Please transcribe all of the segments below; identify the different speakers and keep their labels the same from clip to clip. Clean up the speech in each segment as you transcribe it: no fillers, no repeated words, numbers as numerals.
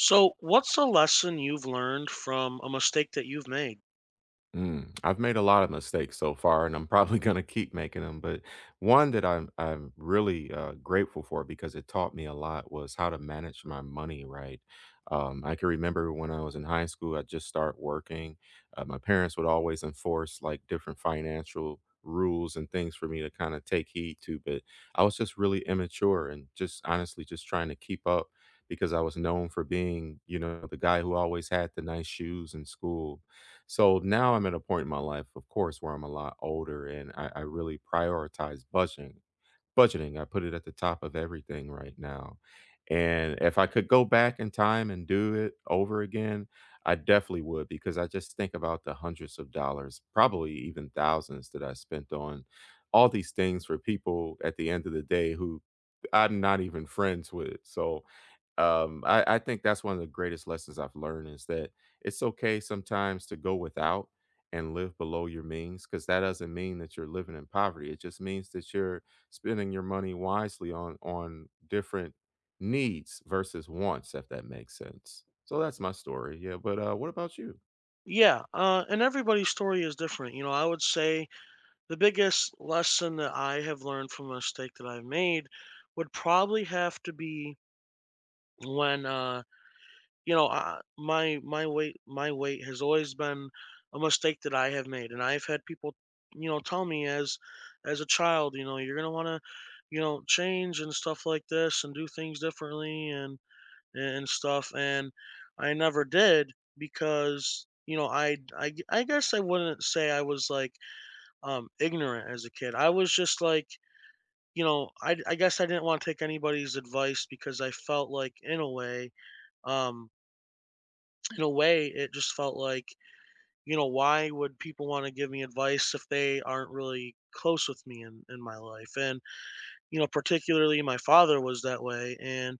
Speaker 1: So, what's a lesson you've learned from a mistake that you've made?
Speaker 2: I've made a lot of mistakes so far, and I'm probably going to keep making them. But one that I'm really grateful for because it taught me a lot was how to manage my money right. I can remember when I was in high school, I just start working. My parents would always enforce like different financial rules and things for me to kind of take heed to. But I was just really immature and just honestly just trying to keep up because I was known for being, you know, the guy who always had the nice shoes in school, so now I'm at a point in my life, of course, where I'm a lot older and I really prioritize budgeting. I put it at the top of everything right now. And if I could go back in time and do it over again, I definitely would because I just think about the hundreds of dollars, probably even thousands that I spent on all these things for people at the end of the day who I'm not even friends with. So I think that's one of the greatest lessons I've learned is that it's okay sometimes to go without and live below your means because that doesn't mean that you're living in poverty. It just means that you're spending your money wisely on different needs versus wants, if that makes sense. So that's my story. Yeah, but what about you?
Speaker 1: Yeah, and everybody's story is different. You know, I would say the biggest lesson that I have learned from a mistake that I've made would probably have to be when, you know, my weight has always been a mistake that I have made, and I've had people, you know, tell me as a child, you know, you're gonna want to, you know, change and stuff like this and do things differently, and stuff and I never did because you know, I guess I wouldn't say I was like ignorant as a kid. I was just like you know I guess I didn't want to take anybody's advice because I felt like um in a way it just felt like you know why would people want to give me advice if they aren't really close with me in my life and you know particularly my father was that way. And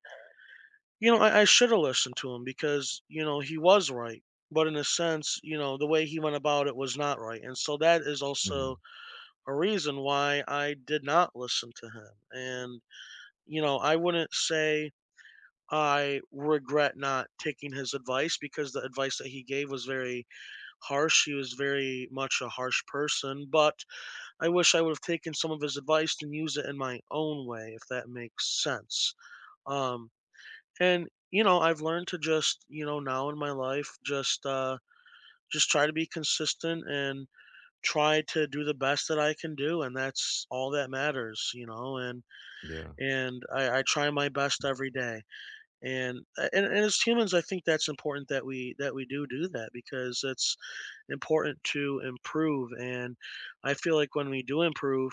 Speaker 1: you know, I should have listened to him because, you know, he was right. But in a sense, you know, the way he went about it was not right. And so that is also
Speaker 2: Mhm.
Speaker 1: a reason why I did not listen to him. And, you know, I wouldn't say I regret not taking his advice because the advice that he gave was very harsh. He was very much a harsh person. But I wish I would have taken some of his advice and used it in my own way, if that makes sense. Um, and you know, I've learned to just you know now in my life just try to be consistent and try to do the best that I can do, and that's all that matters, you know. And
Speaker 2: Yeah,
Speaker 1: and I try my best every day and, and as humans I think that's important that we do do that because it's important to improve. And I feel like when we do improve,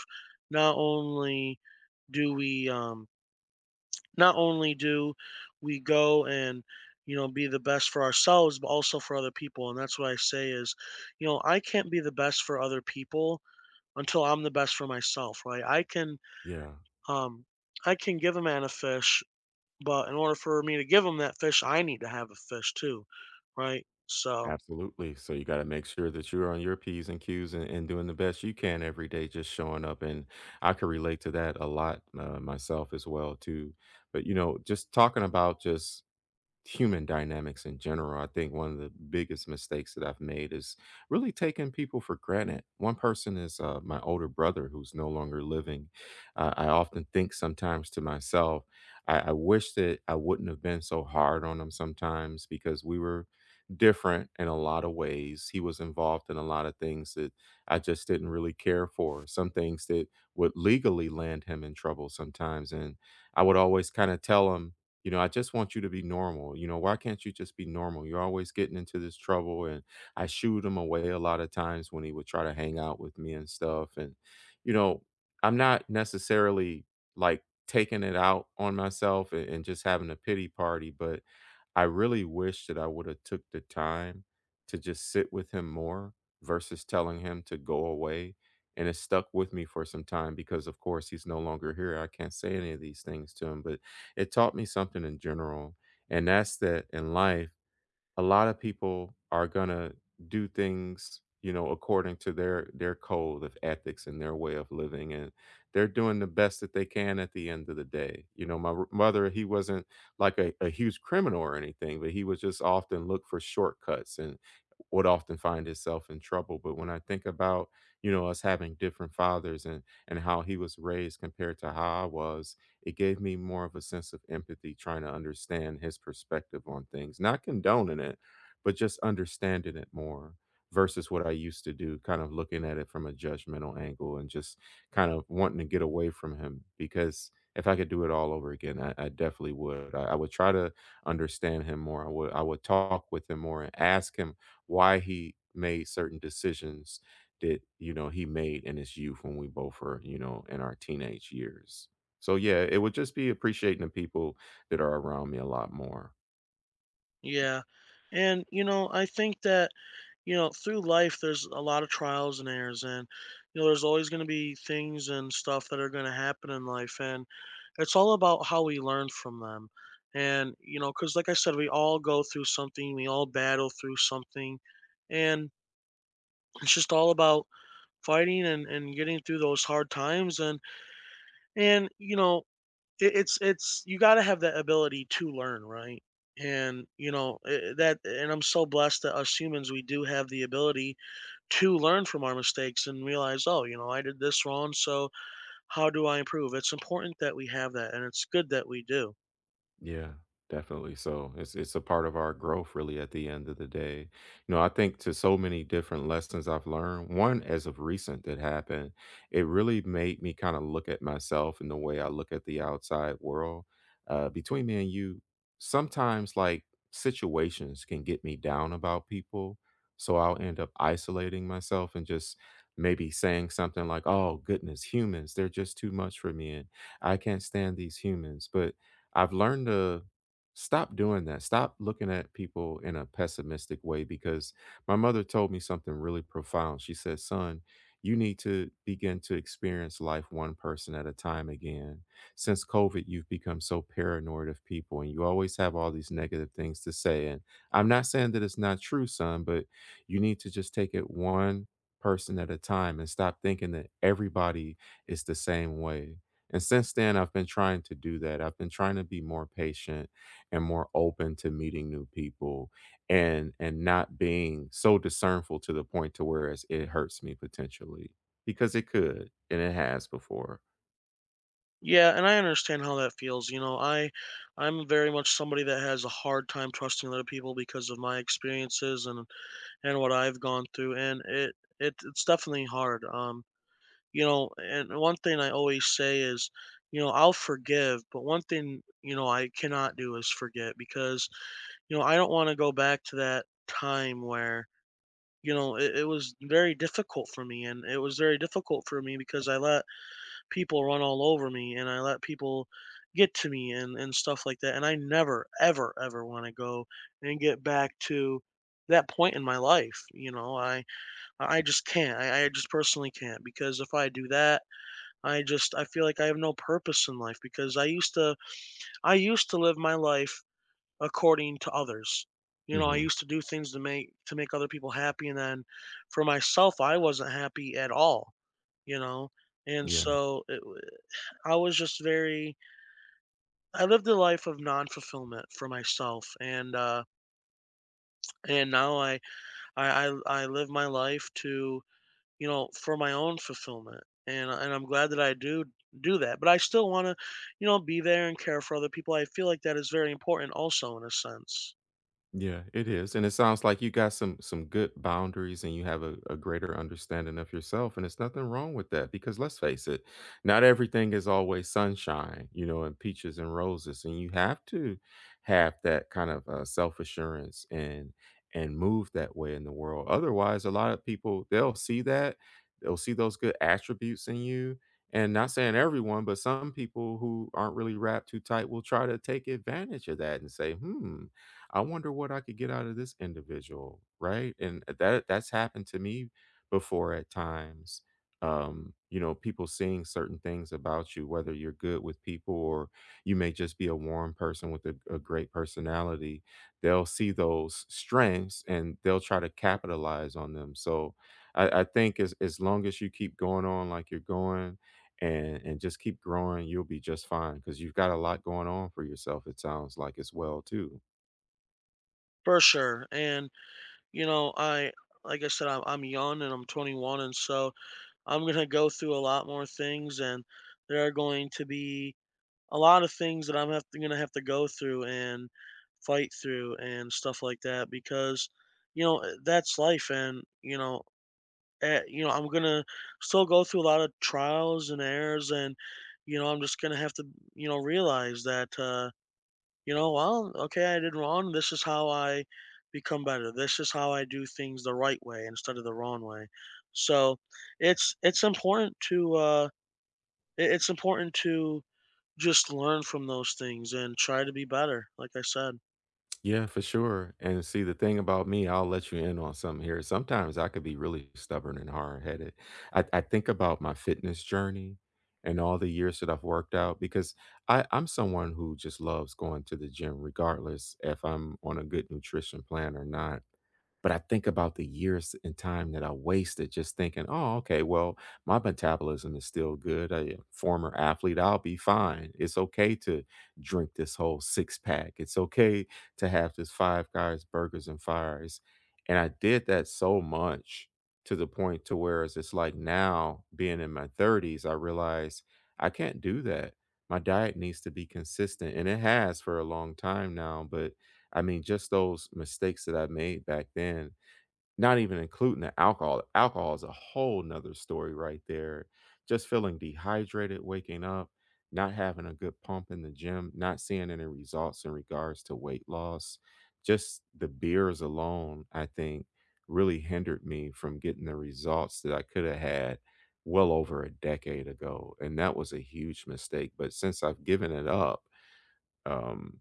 Speaker 1: not only do we not only do we go and you know be the best for ourselves but also for other people. And that's what I say is you know I can't be the best for other people until I'm the best for myself, right? I can
Speaker 2: yeah,
Speaker 1: um I can give a man a fish but in order for me to give him that fish I need to have a fish too, right? So
Speaker 2: absolutely. So you got to make sure that you're on your p's and q's and doing the best you can every day, just showing up. And I could relate to that a lot myself as well too. But you know, just talking about just human dynamics in general. I think one of the biggest mistakes that I've made is really taking people for granted. One person is my older brother who's no longer living. I often think sometimes to myself, I wish that I wouldn't have been so hard on him sometimes because we were different in a lot of ways. He was involved in a lot of things that I just didn't really care for, some things that would legally land him in trouble sometimes. And I would always kind of tell him, you know, I just want you to be normal. You know, why can't you just be normal? You're always getting into this trouble. And I shooed him away a lot of times when he would try to hang out with me and stuff. And, you know, I'm not necessarily like taking it out on myself and just having a pity party, but I really wish that I would have took the time to just sit with him more versus telling him to go away. And it stuck with me for some time because, of course, he's no longer here. I can't say any of these things to him, but it taught me something in general. And that's that in life, a lot of people are gonna do things, you know, according to their code of ethics and their way of living, and they're doing the best that they can at the end of the day. You know, mother, he wasn't like a huge criminal or anything, but he was just often look for shortcuts and would often find himself in trouble. But when I think about, you know, us having different fathers and how he was raised compared to how I was, it gave me more of a sense of empathy trying to understand his perspective on things, not condoning it, but just understanding it more versus what I used to do, kind of looking at it from a judgmental angle and just kind of wanting to get away from him because. If I could do it all over again, I definitely would. I would try to understand him more. I would talk with him more and ask him why he made certain decisions that you know he made in his youth when we both were you know in our teenage years. So yeah, it would just be appreciating the people that are around me a lot more.
Speaker 1: yeah. And, you know, I think that, you know, through life, there's a lot of trials and errors. And, you know, there's always going to be things and stuff that are going to happen in life. And it's all about how we learn from them. And, you know, because like I said, we all go through something, we all battle through something. And it's just all about fighting and getting through those hard times. And, you know, it's you gotta have that ability to learn, right? And, you know, eh, that and I'm so blessed that us humans, we do have the ability to learn from our mistakes and realize, "Oh, you know, I did this wrong, so how do I improve?" It's important that we have that, and it's good that we do.
Speaker 2: Yeah, definitely. So it's a part of our growth really at the end of the day. You know, I think to so many different lessons I've learned, one as of recent that happened, it really made me kind of look at myself and the way I look at the outside world. Between me and you, sometimes like situations can get me down about people. So I'll end up isolating myself and just maybe saying something like, oh, goodness, humans, they're just too much for me. And I can't stand these humans. But I've learned to stop doing that. Stop looking at people in a pessimistic way because my mother told me something really profound. She said, "Son, you need to begin to experience life one person at a time again. Since COVID, you've become so paranoid of people and you always have all these negative things to say. And I'm not saying that it's not true, son, but you need to just take it one person at a time and stop thinking that everybody is the same way." And since then, I've been trying to do that. I've been trying to be more patient and more open to meeting new people and not being so discernful to the point to whereas it hurts me potentially because it could and it has before.
Speaker 1: Yeah, and I understand how that feels, you know, I I'm very much somebody that has a hard time trusting other people because of my experiences and what I've gone through, and it's definitely hard. You know, and one thing I always say is, you know, I'll forgive, but one thing, you know, I cannot do is forget because, you know, I don't want to go back to that time where, you know, it was very difficult for me. And it was very difficult for me because I let people run all over me and I let people get to me and stuff like that. And I never, ever, ever want to go and get back to that point in my life. You know, I just can't. I just personally can't because if I do that, I feel like I have no purpose in life because I used to live my life according to others. You know, I
Speaker 2: Hmm.
Speaker 1: used to do things to make other people happy and then for myself I wasn't happy at all, you know. And
Speaker 2: Yeah.
Speaker 1: so I was just very I lived a life of non-fulfillment for myself, and now I live my life to you know, for my own fulfillment. And I'm glad that I do do that. But I still want to, you know, be there and care for other people. I feel like that is very important also in a sense.
Speaker 2: Yeah, it is, and it sounds like you got some good boundaries and you have a greater understanding of yourself, and it's nothing wrong with that because let's face it, not everything is always sunshine, you know, and peaches and roses, and you have to have that kind of self assurance and move that way in the world. Otherwise, a lot of people they'll see that they'll see those good attributes in you. And not saying everyone, but some people who aren't really wrapped too tight will try to take advantage of that and say, hmm, I wonder what I could get out of this individual, right? And that's happened to me before at times. You know, people seeing certain things about you, whether you're good with people or you may just be a warm person with a great personality, they'll see those strengths and they'll try to capitalize on them. So I think as long as you keep going on like you're going and just keep growing, you'll be just fine because you've got a lot going on for yourself, it sounds like as well too.
Speaker 1: For sure. And you know, I like I said I'm young and I'm 21, and so I'm going to go through a lot more things and there are going to be a lot of things that I'm have going to gonna have to go through and fight through and stuff like that because you know, that's life. And you know, you know, I'm gonna still go through a lot of trials and errors, and you know, I'm just gonna have to, you know, realize that, you know, well, okay, I did wrong. This is how I become better. This is how I do things the right way instead of the wrong way. So, it's important to it's important to just learn from those things and try to be better. Like I said.
Speaker 2: Yeah, for sure. And see, the thing about me, I'll let you in on something here. Sometimes I could be really stubborn and hard headed. I think about my fitness journey and all the years that I've worked out because I'm someone who just loves going to the gym, regardless if I'm on a good nutrition plan or not. But I think about the years and time that I wasted just thinking, oh, okay, well, my metabolism is still good. I a former athlete, I'll be fine. It's okay to drink this whole six pack. It's okay to have this five guys, burgers, and fries. And I did that so much to the point to where it's like now being in my 30s, I realize I can't do that. My diet needs to be consistent. And it has for a long time now, but I mean, just those mistakes that I made back then, not even including the alcohol. Alcohol is a whole nother story right there. Just feeling dehydrated, waking up, not having a good pump in the gym, not seeing any results in regards to weight loss. Just the beers alone, I think, really hindered me from getting the results that I could have had well over a decade ago. And that was a huge mistake. But since I've given it up, um,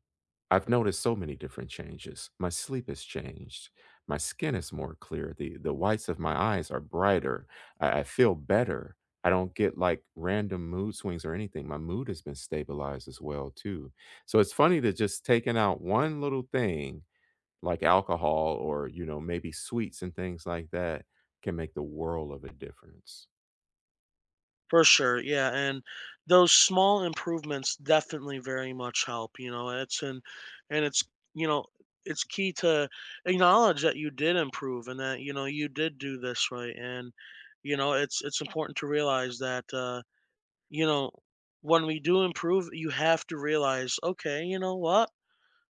Speaker 2: I've noticed so many different changes. My sleep has changed. My skin is more clear. The whites of my eyes are brighter. I feel better. I don't get like random mood swings or anything. My mood has been stabilized as well too. So it's funny that just taking out one little thing like alcohol or you know maybe sweets and things like that can make the world of a difference.
Speaker 1: For sure, yeah, and those small improvements definitely very much help. You know, it's and it's you know it's key to acknowledge that you did improve and that you know you did do this right. And you know, it's important to realize that you know when we do improve, you have to realize, okay, you know what,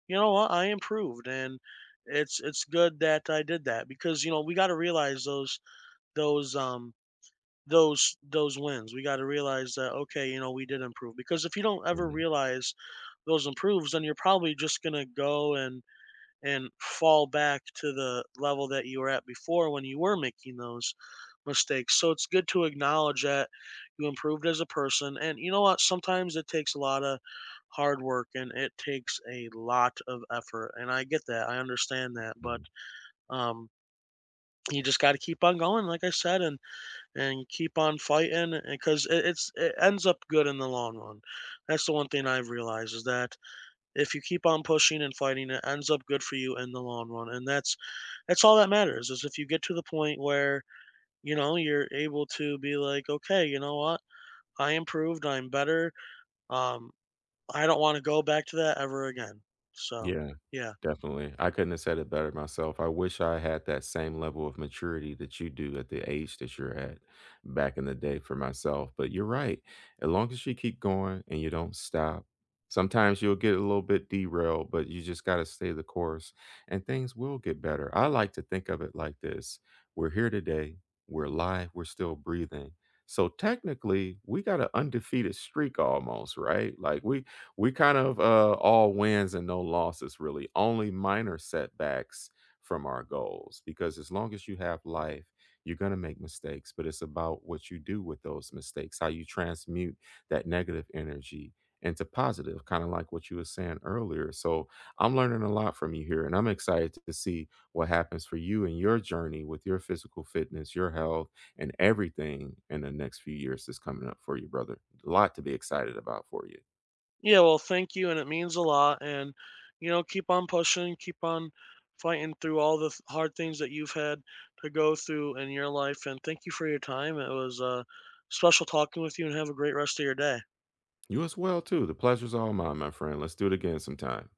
Speaker 1: I improved, and it's good that I did that because you know we got to realize those um those wins. We got to realize that okay, you know, we did improve because if you don't ever
Speaker 2: Mhm.
Speaker 1: realize those improves, then you're probably just gonna go and fall back to the level that you were at before when you were making those mistakes. So it's good to acknowledge that you improved as a person. And you know what? Sometimes it takes a lot of hard work and it takes a lot of effort. And I get that. I understand that. But
Speaker 2: Mhm.
Speaker 1: um you just got to keep on going, like I said, and keep on fighting because it ends up good in the long run. That's the one thing I've realized is that if you keep on pushing and fighting, it ends up good for you in the long run, and that's all that matters. Is if you get to the point where you know you're able to be like, okay, you know what, I improved, I'm better. Um, I don't want to go back to that ever again. So
Speaker 2: Yeah.
Speaker 1: yeah.
Speaker 2: Definitely. I couldn't have said it better myself. I wish I had that same level of maturity that you do at the age that you're at back in the day for myself. But you're right. As long as you keep going and you don't stop, sometimes you'll get a little bit derailed, but you just got to stay the course and things will get better. I like to think of it like this: we're here today, we're live, we're still breathing. So technically, we got an undefeated streak almost, right? Like we kind of all wins and no losses, really, only minor setbacks from our goals. Because as long as you have life, you're going to make mistakes, but it's about what you do with those mistakes, how you transmute that negative energy into positive, kind of like what you were saying earlier. So I'm learning a lot from you here, and I'm excited to see what happens for you and your journey with your physical fitness, your health, and everything in the next few years that's coming up for you, brother. A lot to be excited about for you.
Speaker 1: Yeah, well, thank you, and it means a lot. And you know, keep on pushing, keep on fighting through all the hard things that you've had to go through in your life. And thank you for your time. It was special talking with you, and have a great rest of your day.
Speaker 2: You as well too. The pleasure's all mine, my friend. Let's do it again sometime.